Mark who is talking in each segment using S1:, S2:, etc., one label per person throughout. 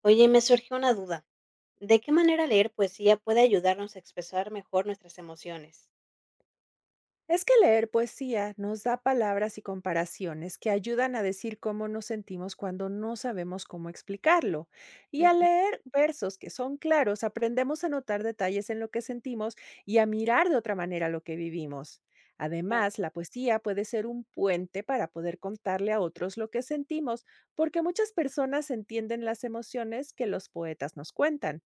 S1: Oye, me surgió una duda. ¿De qué manera leer poesía puede ayudarnos a expresar mejor nuestras emociones?
S2: Es que leer poesía nos da palabras y comparaciones que ayudan a decir cómo nos sentimos cuando no sabemos cómo explicarlo. Y al
S1: Ujú.
S2: leer versos que son claros, aprendemos a notar detalles en lo que sentimos y a mirar de otra manera lo que vivimos.
S1: Claro,
S2: Además, la poesía puede ser un puente para poder contarle a otros lo que sentimos, porque muchas personas entienden las emociones que los poetas nos cuentan.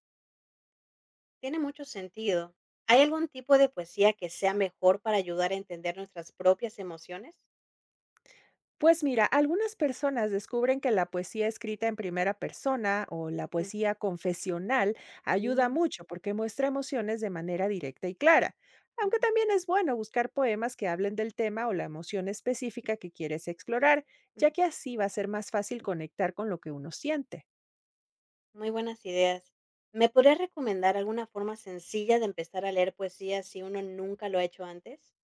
S1: tiene mucho sentido. ¿Hay algún tipo de poesía que sea mejor para ayudar a entender nuestras propias emociones?
S2: Pues mira, algunas personas descubren que la poesía escrita en primera persona o la
S1: Ujú.
S2: poesía confesional ayuda
S1: Mm,
S2: mucho porque muestra emociones de manera directa y clara, aunque
S1: ujú,
S2: también es bueno buscar poemas que hablen del tema o la emoción específica que quieres explorar, ya
S1: ujú.
S2: que así va a ser más fácil conectar con lo que uno siente.
S1: Muy buenas ideas. ¿Me podrías recomendar alguna forma sencilla de empezar a leer poesía si uno nunca lo ha hecho antes?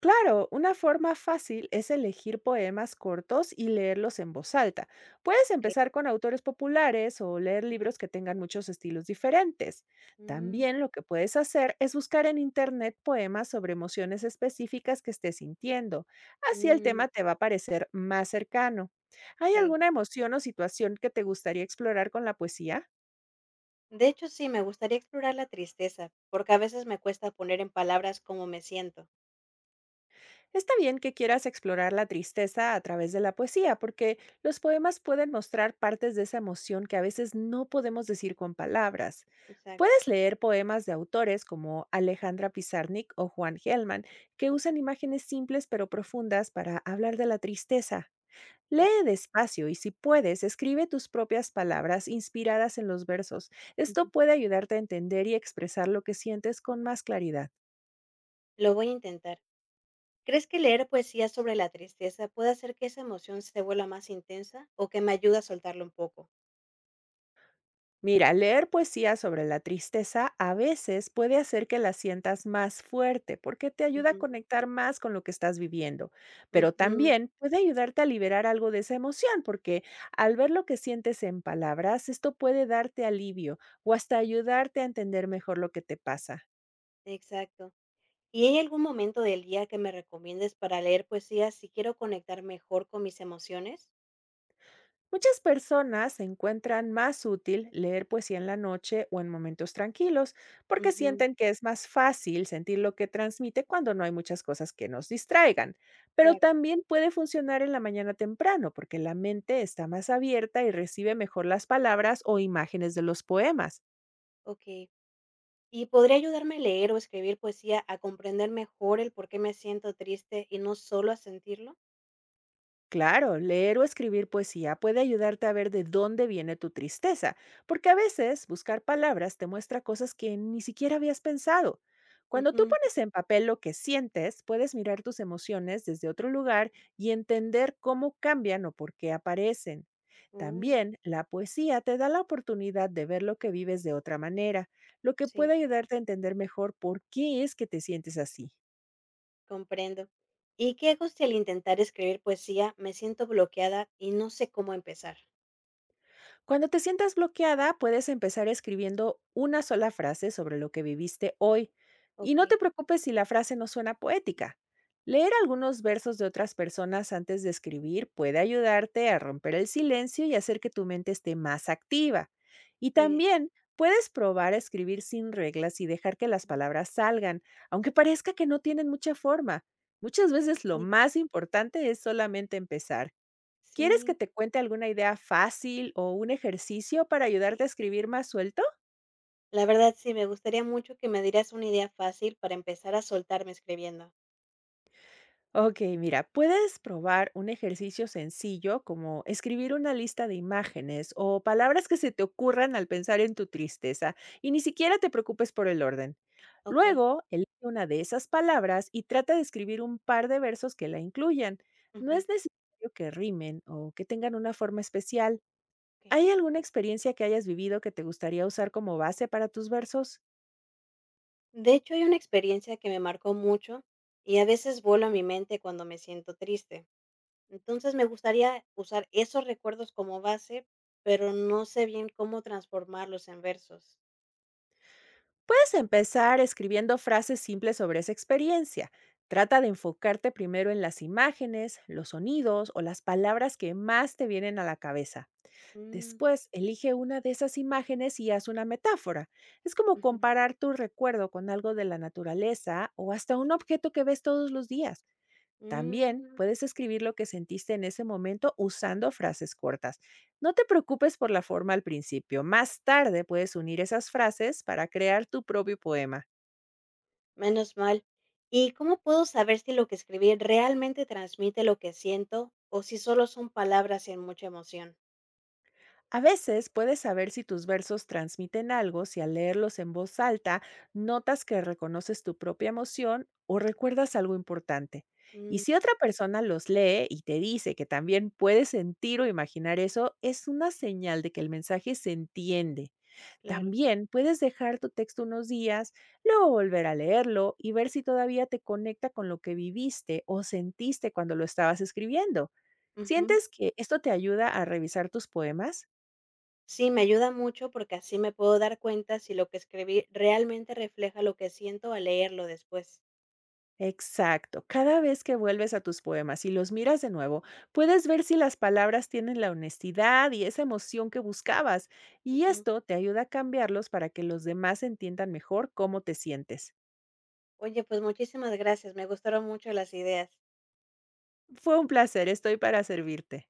S2: Claro, una forma fácil es elegir poemas cortos y leerlos en voz alta. Puedes
S1: Ok.
S2: empezar con autores populares o leer
S1: Ujú.
S2: libros que tengan muchos estilos diferentes.
S1: Mm,
S2: También lo que puedes hacer es buscar en internet poemas sobre emociones específicas que estés sintiendo. Así el
S1: mm,
S2: tema te va a parecer más cercano. ¿Hay
S1: sí.
S2: alguna emoción o situación que te gustaría explorar con la poesía?
S1: De hecho, sí, me gustaría explorar la tristeza, porque a veces me cuesta poner en palabras cómo me siento.
S2: Está bien que quieras explorar la tristeza a través de la poesía, porque los poemas pueden mostrar partes de esa emoción que a veces no podemos decir con palabras.
S1: Exacto.
S2: Puedes leer poemas de autores como Alejandra Pizarnik o Juan Gelman, que usan
S1: Okey,
S2: imágenes simples pero profundas para hablar de la tristeza.
S1: ya.
S2: Lee despacio y si puedes, escribe tus propias palabras inspiradas en los versos.
S1: Ujú.
S2: Esto puede ayudarte a entender y expresar lo que sientes con más claridad.
S1: Lo voy a intentar. ¿Crees que leer poesía sobre la tristeza puede hacer que esa emoción se vuelva más intensa o que me ayude a soltarlo un poco?
S2: Mira, leer poesía sobre la tristeza a veces puede hacer que la sientas más fuerte porque te ayuda a
S1: Ujú,
S2: conectar más con lo que estás viviendo, pero
S1: ujú,
S2: también puede ayudarte a liberar algo de esa emoción porque al ver lo que sientes en palabras, esto puede darte alivio o hasta ayudarte a entender mejor lo que te pasa.
S1: exacto. ¿Y hay algún momento del día que me recomiendes para leer poesía si quiero conectar mejor con mis emociones?
S2: Muchas personas encuentran más útil leer poesía en la noche o en momentos tranquilos, porque
S1: Ujú,
S2: sienten que es más fácil sentir lo que transmite cuando no hay muchas cosas que nos distraigan. Pero
S1: claro,
S2: también puede funcionar en la mañana temprano, porque la mente está más abierta y recibe mejor las palabras o imágenes de los poemas.
S1: okey. ¿Y podría ayudarme a leer o escribir poesía a comprender mejor el por qué me siento triste y no solo a sentirlo?
S2: Claro, leer o escribir poesía puede ayudarte a ver de dónde viene tu tristeza, porque a veces buscar palabras te muestra cosas que ni siquiera habías pensado. Cuando tú
S1: Ujú,
S2: pones en papel lo que sientes, puedes mirar tus emociones desde otro lugar y entender cómo cambian o por qué aparecen.
S1: mm,
S2: También la poesía te da la oportunidad de ver lo que vives de otra manera, lo que
S1: sí,
S2: puede ayudarte a entender mejor por qué es que te sientes así.
S1: comprendo. ¿Y qué hago si al intentar escribir poesía me siento bloqueada y no sé cómo empezar?
S2: Cuando te sientas bloqueada, puedes empezar escribiendo una sola frase sobre lo que viviste hoy. Y
S1: Ok,
S2: no te preocupes si la frase no suena poética. Leer algunos versos de otras personas antes de escribir puede ayudarte a romper el silencio y hacer que tu mente esté más activa. Y
S1: muy bien.
S2: también puedes probar a escribir sin reglas y dejar que las
S1: Mm.
S2: palabras salgan, aunque parezca que no tienen mucha forma. Muchas veces lo
S1: Ok,
S2: más importante es solamente empezar. ¿Quieres que
S1: sí,
S2: te cuente alguna idea fácil o un ejercicio para ayudarte a escribir más suelto?
S1: la verdad sí, me gustaría mucho que me dieras una idea fácil para empezar a soltarme escribiendo.
S2: Ok, mira, puedes probar un ejercicio sencillo como escribir una lista de imágenes o palabras que se te ocurran al pensar en tu tristeza, y ni siquiera te preocupes por el orden.
S1: Ok.
S2: Luego, elige una de esas palabras y trata de escribir un par de versos que la incluyan. No
S1: Ujú,
S2: es necesario que rimen o que tengan una forma especial.
S1: ok.
S2: ¿Hay alguna experiencia que hayas vivido que te gustaría usar como base para tus versos?
S1: De hecho, hay una experiencia que me marcó mucho y a veces vuelo a mi mente cuando me siento triste. Entonces, me gustaría usar esos recuerdos como base, pero no sé bien cómo transformarlos en versos.
S2: Puedes empezar escribiendo frases simples sobre esa experiencia. Trata de enfocarte primero en las imágenes, los sonidos o las palabras que más te vienen a la cabeza.
S1: Mm.
S2: Después, elige una de esas imágenes y haz una metáfora. Es como
S1: Ujú.
S2: comparar tu recuerdo con algo de la naturaleza o hasta un objeto que ves todos los días. También
S1: Mm,
S2: puedes escribir lo que sentiste en ese momento usando frases cortas. No te preocupes por la forma al principio. Más tarde puedes unir esas frases para crear tu propio poema.
S1: menos mal. ¿Y cómo puedo saber si lo que escribí realmente transmite lo que siento o si solo son palabras sin mucha emoción?
S2: A veces puedes saber si tus versos transmiten algo si al leerlos en voz alta notas que reconoces tu propia emoción o recuerdas algo importante. Y
S1: Mm,
S2: si otra persona los lee y te dice que también puedes sentir o imaginar eso, es una señal de que el mensaje se entiende.
S1: claro.
S2: También puedes dejar tu texto unos días, luego volver a leerlo y ver si todavía te conecta con lo que viviste o sentiste cuando lo estabas escribiendo.
S1: Ujú.
S2: ¿Sientes que esto te ayuda a revisar tus poemas?
S1: Sí, me ayuda mucho porque así me puedo dar cuenta si lo que escribí realmente refleja lo que siento al leerlo después.
S2: Exacto. Cada vez que vuelves a tus poemas y los miras de nuevo, puedes ver si las palabras tienen la honestidad y esa emoción que buscabas. Y
S1: Ujú.
S2: esto te ayuda a cambiarlos para que los demás entiendan mejor cómo te sientes.
S1: Oye, pues muchísimas gracias. Me gustaron mucho las ideas.
S2: Fue un placer, estoy para servirte.